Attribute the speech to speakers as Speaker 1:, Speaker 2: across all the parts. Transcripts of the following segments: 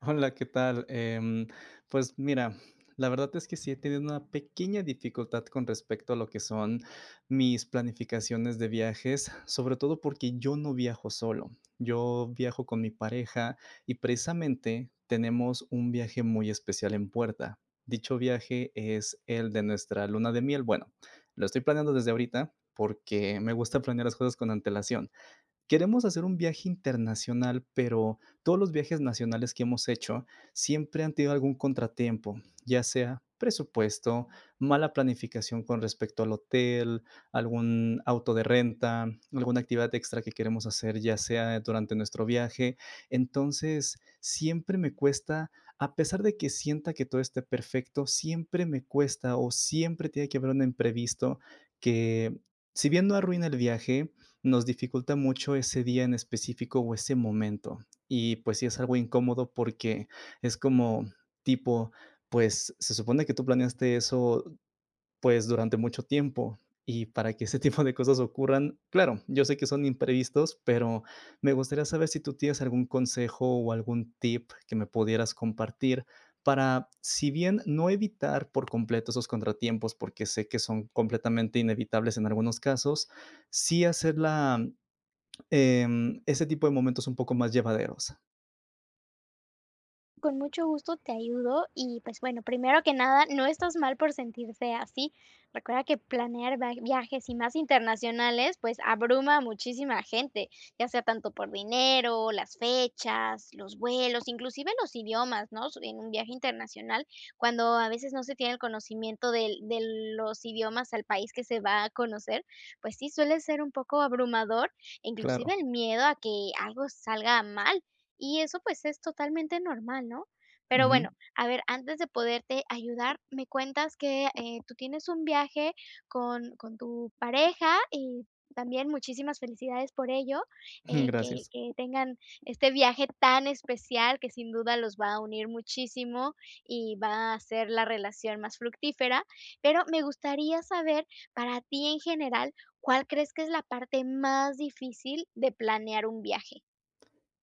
Speaker 1: Hola, ¿qué tal? Pues mira, la verdad es que sí he tenido una pequeña dificultad con respecto a lo que son mis planificaciones de viajes, sobre todo porque yo no viajo solo, yo viajo con mi pareja y precisamente tenemos un viaje muy especial en puerta. Dicho viaje es el de nuestra luna de miel. Bueno, lo estoy planeando desde ahorita porque me gusta planear las cosas con antelación. Queremos hacer un viaje internacional, pero todos los viajes nacionales que hemos hecho siempre han tenido algún contratiempo, ya sea presupuesto, mala planificación con respecto al hotel, algún auto de renta, alguna actividad extra que queremos hacer, ya sea durante nuestro viaje. Entonces, siempre me cuesta, a pesar de que sienta que todo esté perfecto, siempre me cuesta o siempre tiene que haber un imprevisto que, si bien no arruina el viaje, nos dificulta mucho ese día en específico o ese momento. Y, pues, sí es algo incómodo porque es como tipo, pues, se supone que tú planeaste eso, pues, durante mucho tiempo, y para que ese tipo de cosas ocurran, claro, yo sé que son imprevistos, pero me gustaría saber si tú tienes algún consejo o algún tip que me pudieras compartir para, si bien no evitar por completo esos contratiempos, porque sé que son completamente inevitables en algunos casos, sí hacer la ese tipo de momentos un poco más llevaderos.
Speaker 2: Con mucho gusto te ayudo y, pues, bueno, primero que nada, no estás mal por sentirse así. Recuerda que planear va viajes y más internacionales, pues, abruma a muchísima gente, ya sea tanto por dinero, las fechas, los vuelos, inclusive los idiomas, ¿no? S en un viaje internacional, cuando a veces no se tiene el conocimiento del de los idiomas al país que se va a conocer, pues sí, suele ser un poco abrumador, e inclusive
Speaker 1: Claro.
Speaker 2: el miedo a que algo salga mal. Y eso, pues, es totalmente normal, ¿no? Pero
Speaker 1: Ujú.
Speaker 2: bueno, a ver, antes de poderte ayudar, me cuentas que, tú tienes un viaje con tu pareja y también muchísimas felicidades por ello, que
Speaker 1: Gracias.
Speaker 2: que tengan este viaje tan especial que sin duda los va a unir muchísimo y va a hacer la relación más fructífera. Pero me gustaría saber, para ti en general, ¿cuál crees que es la parte más difícil de planear un viaje?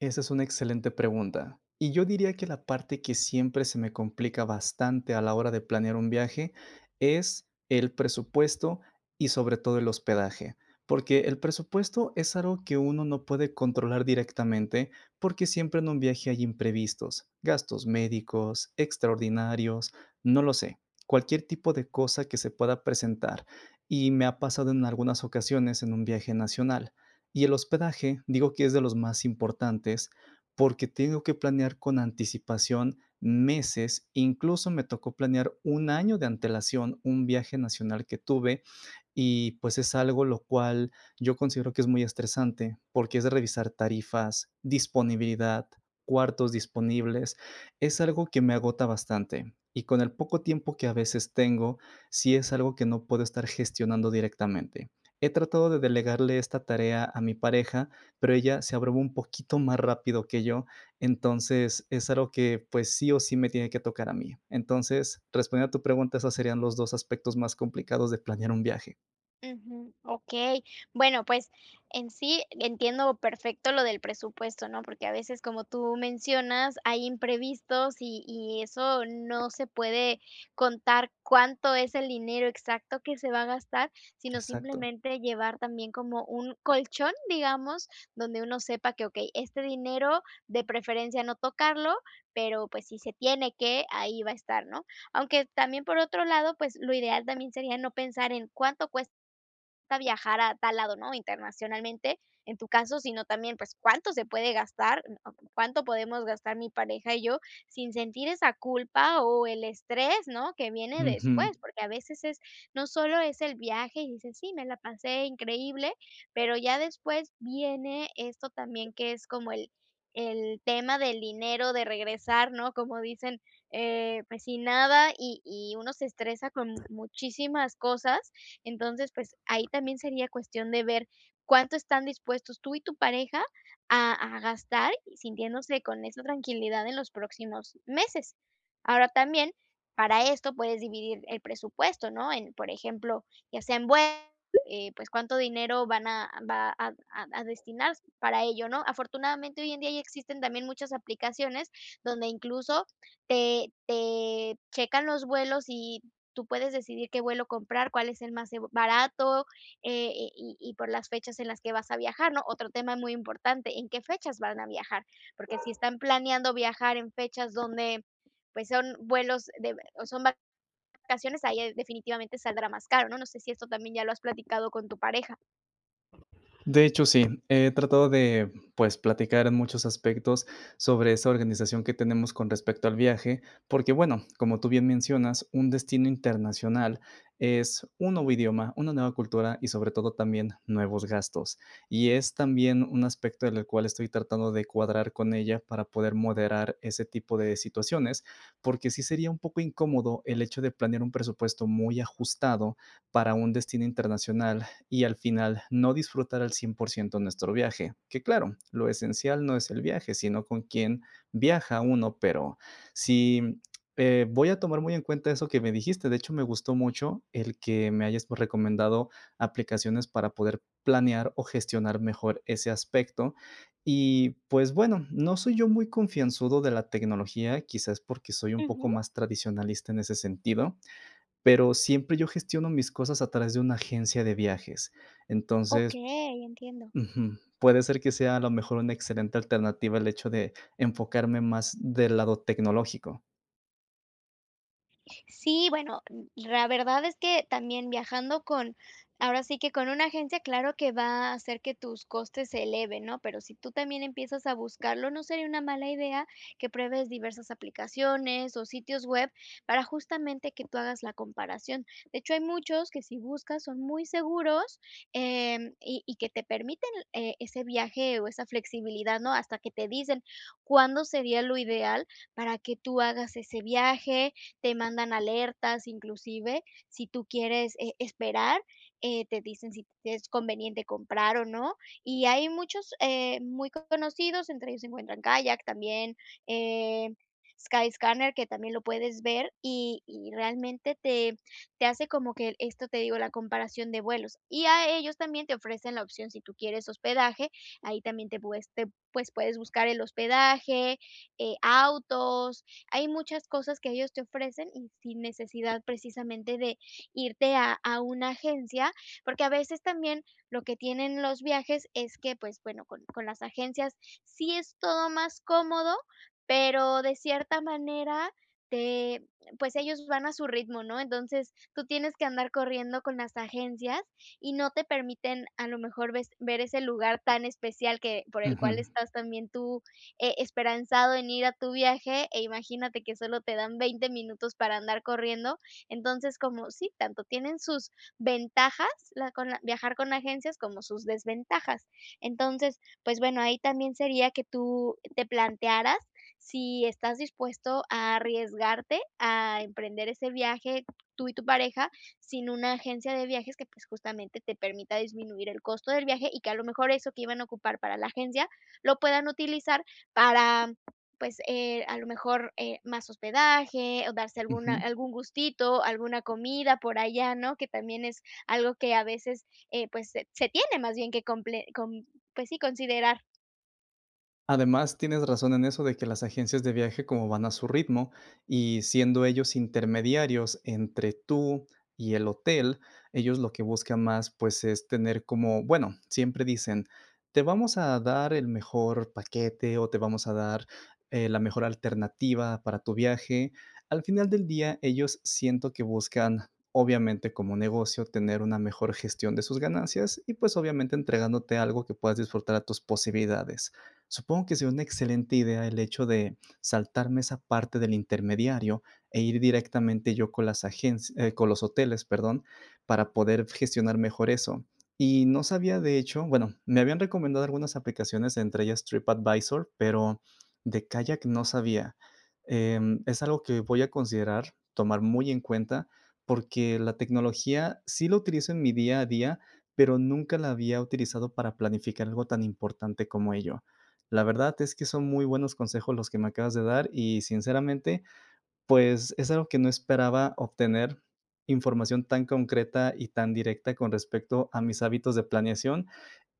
Speaker 1: Esa es una excelente pregunta. Y yo diría que la parte que siempre se me complica bastante a la hora de planear un viaje es el presupuesto y sobre todo el hospedaje. Porque el presupuesto es algo que uno no puede controlar directamente porque siempre en un viaje hay imprevistos, gastos médicos, extraordinarios, no lo sé, cualquier tipo de cosa que se pueda presentar. Y me ha pasado en algunas ocasiones en un viaje nacional. Y el hospedaje, digo que es de los más importantes, porque tengo que planear con anticipación meses, incluso me tocó planear un año de antelación un viaje nacional que tuve y, pues, es algo lo cual yo considero que es muy estresante, porque es de revisar tarifas, disponibilidad, cuartos disponibles. Es algo que me agota bastante, y con el poco tiempo que a veces tengo, sí es algo que no puedo estar gestionando directamente. He tratado de delegarle esta tarea a mi pareja, pero ella se abruma un poquito más rápido que yo, entonces es algo que, pues, sí o sí me tiene que tocar a mí. Entonces, respondiendo a tu pregunta, esos serían los 2 aspectos más complicados de planear un viaje.
Speaker 2: Ujú, okey. Bueno, pues, en sí entiendo perfecto lo del presupuesto, ¿no? Porque a veces, como tú mencionas, hay imprevistos y eso no se puede contar cuánto es el dinero exacto que se va a gastar, sino
Speaker 1: Exacto.
Speaker 2: simplemente llevar también como un colchón, digamos, donde uno sepa que, okey, este dinero de preferencia no tocarlo, pero, pues, si se tiene que, ahí va a estar, ¿no? Aunque también, por otro lado, pues, lo ideal también sería no pensar en cuánto cuesta importa viajar a tal lado, ¿no? Internacionalmente, en tu caso, sino también, pues, cuánto se puede gastar, o cuánto podemos gastar mi pareja y yo sin sentir esa culpa o el estrés, ¿no? Que viene
Speaker 1: Ujú.
Speaker 2: después, porque a veces es, no solo es el viaje y dices, sí, me la pasé increíble, pero ya después viene esto también que es como el tema del dinero, de regresar, ¿no? Como dicen, pues sin nada y, y uno se estresa con muchísimas cosas entonces, pues, ahí también sería cuestión de ver cuánto están dispuestos tú y tu pareja a gastar, y sintiéndose con esa tranquilidad en los próximos meses. Ahora también, para esto puedes dividir el presupuesto, ¿no? En, por ejemplo, ya sea en vuelos, pues, cuánto dinero van a va a destinar para ello, ¿no? Afortunadamente, hoy en día ya existen también muchas aplicaciones donde incluso te checan los vuelos y tú puedes decidir qué vuelo comprar, cuál es el más barato, y por las fechas en las que vas a viajar, ¿no? Otro tema muy importante, ¿en qué fechas van a viajar? Porque si están planeando viajar en fechas donde, pues, son vuelos de o son vacaciones, ahí, definitivamente saldrá más caro, ¿no? No sé si esto también ya lo has platicado con tu pareja.
Speaker 1: De hecho, sí, he tratado de, pues, platicar en muchos aspectos sobre esa organización que tenemos con respecto al viaje, porque, bueno, como tú bien mencionas, un destino internacional es un nuevo idioma, una nueva cultura y sobre todo también nuevos gastos. Y es también un aspecto en el cual estoy tratando de cuadrar con ella para poder moderar ese tipo de situaciones, porque sí sería un poco incómodo el hecho de planear un presupuesto muy ajustado para un destino internacional y al final no disfrutar al 100% nuestro viaje. Que claro, lo esencial no es el viaje, sino con quién viaja uno, pero si voy a tomar muy en cuenta eso que me dijiste. De hecho, me gustó mucho el que me hayas, pues, recomendado aplicaciones para poder planear o gestionar mejor ese aspecto. Y, pues, bueno, no soy yo muy confianzudo de la tecnología, quizás porque soy un poco
Speaker 2: Ujú.
Speaker 1: más tradicionalista en ese sentido, pero siempre yo gestiono mis cosas a través de una agencia de viajes. Entonces,
Speaker 2: Okey, entiendo.
Speaker 1: ujú, puede ser que sea a lo mejor una excelente alternativa el hecho de enfocarme más del lado tecnológico.
Speaker 2: Sí, bueno, la verdad es que también viajando con ahora sí que con una agencia, claro que va a hacer que tus costes se eleven, ¿no? Pero si tú también empiezas a buscarlo, no sería una mala idea que pruebes diversas aplicaciones o sitios web para justamente que tú hagas la comparación. De hecho, hay muchos que si buscas son muy seguros y que te permiten ese viaje o esa flexibilidad, ¿no? Hasta que te dicen cuándo sería lo ideal para que tú hagas ese viaje te mandan alertas, inclusive si tú quieres, esperar, te dicen si es conveniente comprar o no. Y hay muchos, muy conocidos, entre ellos se encuentran Kayak también, eh, Skyscanner, que también lo puedes ver y realmente te hace como que esto te digo, la comparación de vuelos. Y a ellos también te ofrecen la opción, si tú quieres hospedaje, ahí también te puedes te pues, puedes buscar el hospedaje, autos, hay muchas cosas que ellos te ofrecen y sin necesidad precisamente de irte a una agencia, porque a veces también lo que tienen los viajes es que, pues, bueno, con las agencias sí es todo más cómodo, pero de cierta manera te pues, ellos van a su ritmo, ¿no? Entonces, tú tienes que andar corriendo con las agencias y no te permiten, a lo mejor, ves ver ese lugar tan especial que por el cual
Speaker 1: Ujú,
Speaker 2: estás también tú esperanzado en ir a tu viaje e imagínate que solo te dan 20 minutos para andar corriendo. Entonces, como sí, tanto tienen sus ventajas viajar con agencias como sus desventajas. Entonces, pues bueno, ahí también sería que tú te plantearas si estás dispuesto a arriesgarte a emprender ese viaje tú y tu pareja sin una agencia de viajes que pues justamente te permita disminuir el costo del viaje y que a lo mejor eso que iban a ocupar para la agencia lo puedan utilizar para, pues, a lo mejor, más hospedaje, o darse alguna
Speaker 1: ujú.
Speaker 2: algún gustito, alguna comida por allá, ¿no? Que también es algo que a veces, pues, se tiene más bien que comple com pues sí, considerar.
Speaker 1: Además, tienes razón en eso de que las agencias de viaje como van a su ritmo y siendo ellos intermediarios entre tú y el hotel, ellos lo que buscan más, pues, es tener como, bueno, siempre dicen, te vamos a dar el mejor paquete o te vamos a dar la mejor alternativa para tu viaje. Al final del día, ellos siento que buscan... Obviamente como negocio tener una mejor gestión de sus ganancias y pues obviamente entregándote algo que puedas disfrutar a tus posibilidades. Supongo que sería una excelente idea el hecho de saltarme esa parte del intermediario e ir directamente yo con las agencias, con los hoteles, perdón, para poder gestionar mejor eso. Y no sabía, de hecho, bueno, me habían recomendado algunas aplicaciones, entre ellas TripAdvisor, pero de Kayak no sabía. Es algo que voy a considerar tomar muy en cuenta porque la tecnología sí la utilizo en mi día a día, pero nunca la había utilizado para planificar algo tan importante como ello. La verdad es que son muy buenos consejos los que me acabas de dar y sinceramente, pues es algo que no esperaba obtener información tan concreta y tan directa con respecto a mis hábitos de planeación.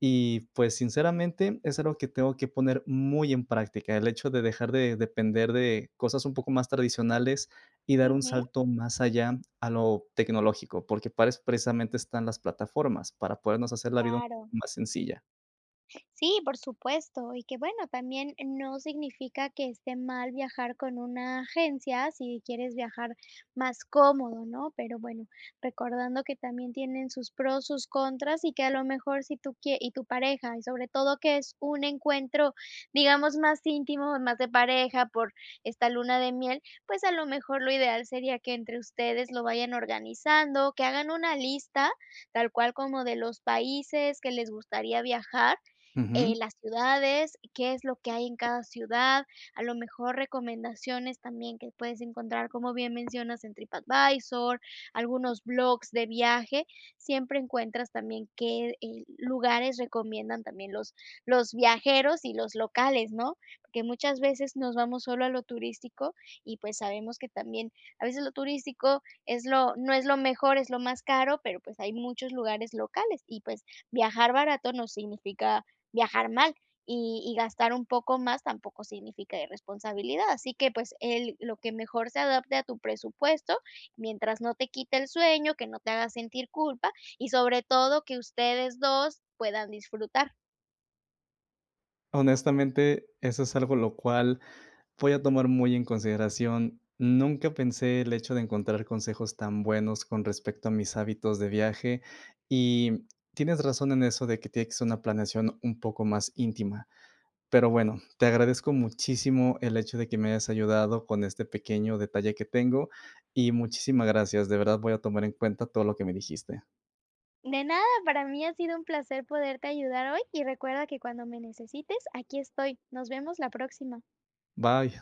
Speaker 1: Y pues sinceramente es algo que tengo que poner muy en práctica, el hecho de dejar de depender de cosas un poco más tradicionales y dar un
Speaker 2: Ujú.
Speaker 1: salto más allá a lo tecnológico, porque para eso precisamente están las plataformas, para podernos hacer la vida un poco
Speaker 2: Claro.
Speaker 1: más sencilla.
Speaker 2: Sí, por supuesto. Y que bueno, también no significa que esté mal viajar con una agencia si quieres viajar más cómodo, ¿no? Pero bueno, recordando que también tienen sus pros, sus contras y que a lo mejor si tú quie y tu pareja, y sobre todo que es un encuentro, digamos, más íntimo, más de pareja por esta luna de miel, pues a lo mejor lo ideal sería que entre ustedes lo vayan organizando, que hagan una lista tal cual como de los países que les gustaría viajar
Speaker 1: Ujú.
Speaker 2: las ciudades, qué es lo que hay en cada ciudad, a lo mejor recomendaciones también que puedes encontrar, como bien mencionas, en TripAdvisor, algunos blogs de viaje, siempre encuentras también qué lugares recomiendan también los viajeros y los locales, ¿no? Porque muchas veces nos vamos solo a lo turístico y pues sabemos que también a veces lo turístico es lo, no es lo mejor, es lo más caro, pero pues hay muchos lugares locales y pues viajar barato no significa viajar mal y gastar un poco más tampoco significa irresponsabilidad. Así que, pues, el lo que mejor se adapte a tu presupuesto, mientras no te quite el sueño, que no te haga sentir culpa y sobre todo que ustedes 2 puedan disfrutar.
Speaker 1: Honestamente, eso es algo lo cual voy a tomar muy en consideración. Nunca pensé el hecho de encontrar consejos tan buenos con respecto a mis hábitos de viaje y tienes razón en eso de que tiene que ser una planeación un poco más íntima. Pero bueno, te agradezco muchísimo el hecho de que me hayas ayudado con este pequeño detalle que tengo y muchísimas gracias. De verdad voy a tomar en cuenta todo lo que me dijiste.
Speaker 2: De nada, para mí ha sido un placer poderte ayudar hoy y recuerda que cuando me necesites, aquí estoy. Nos vemos la próxima.
Speaker 1: Bye.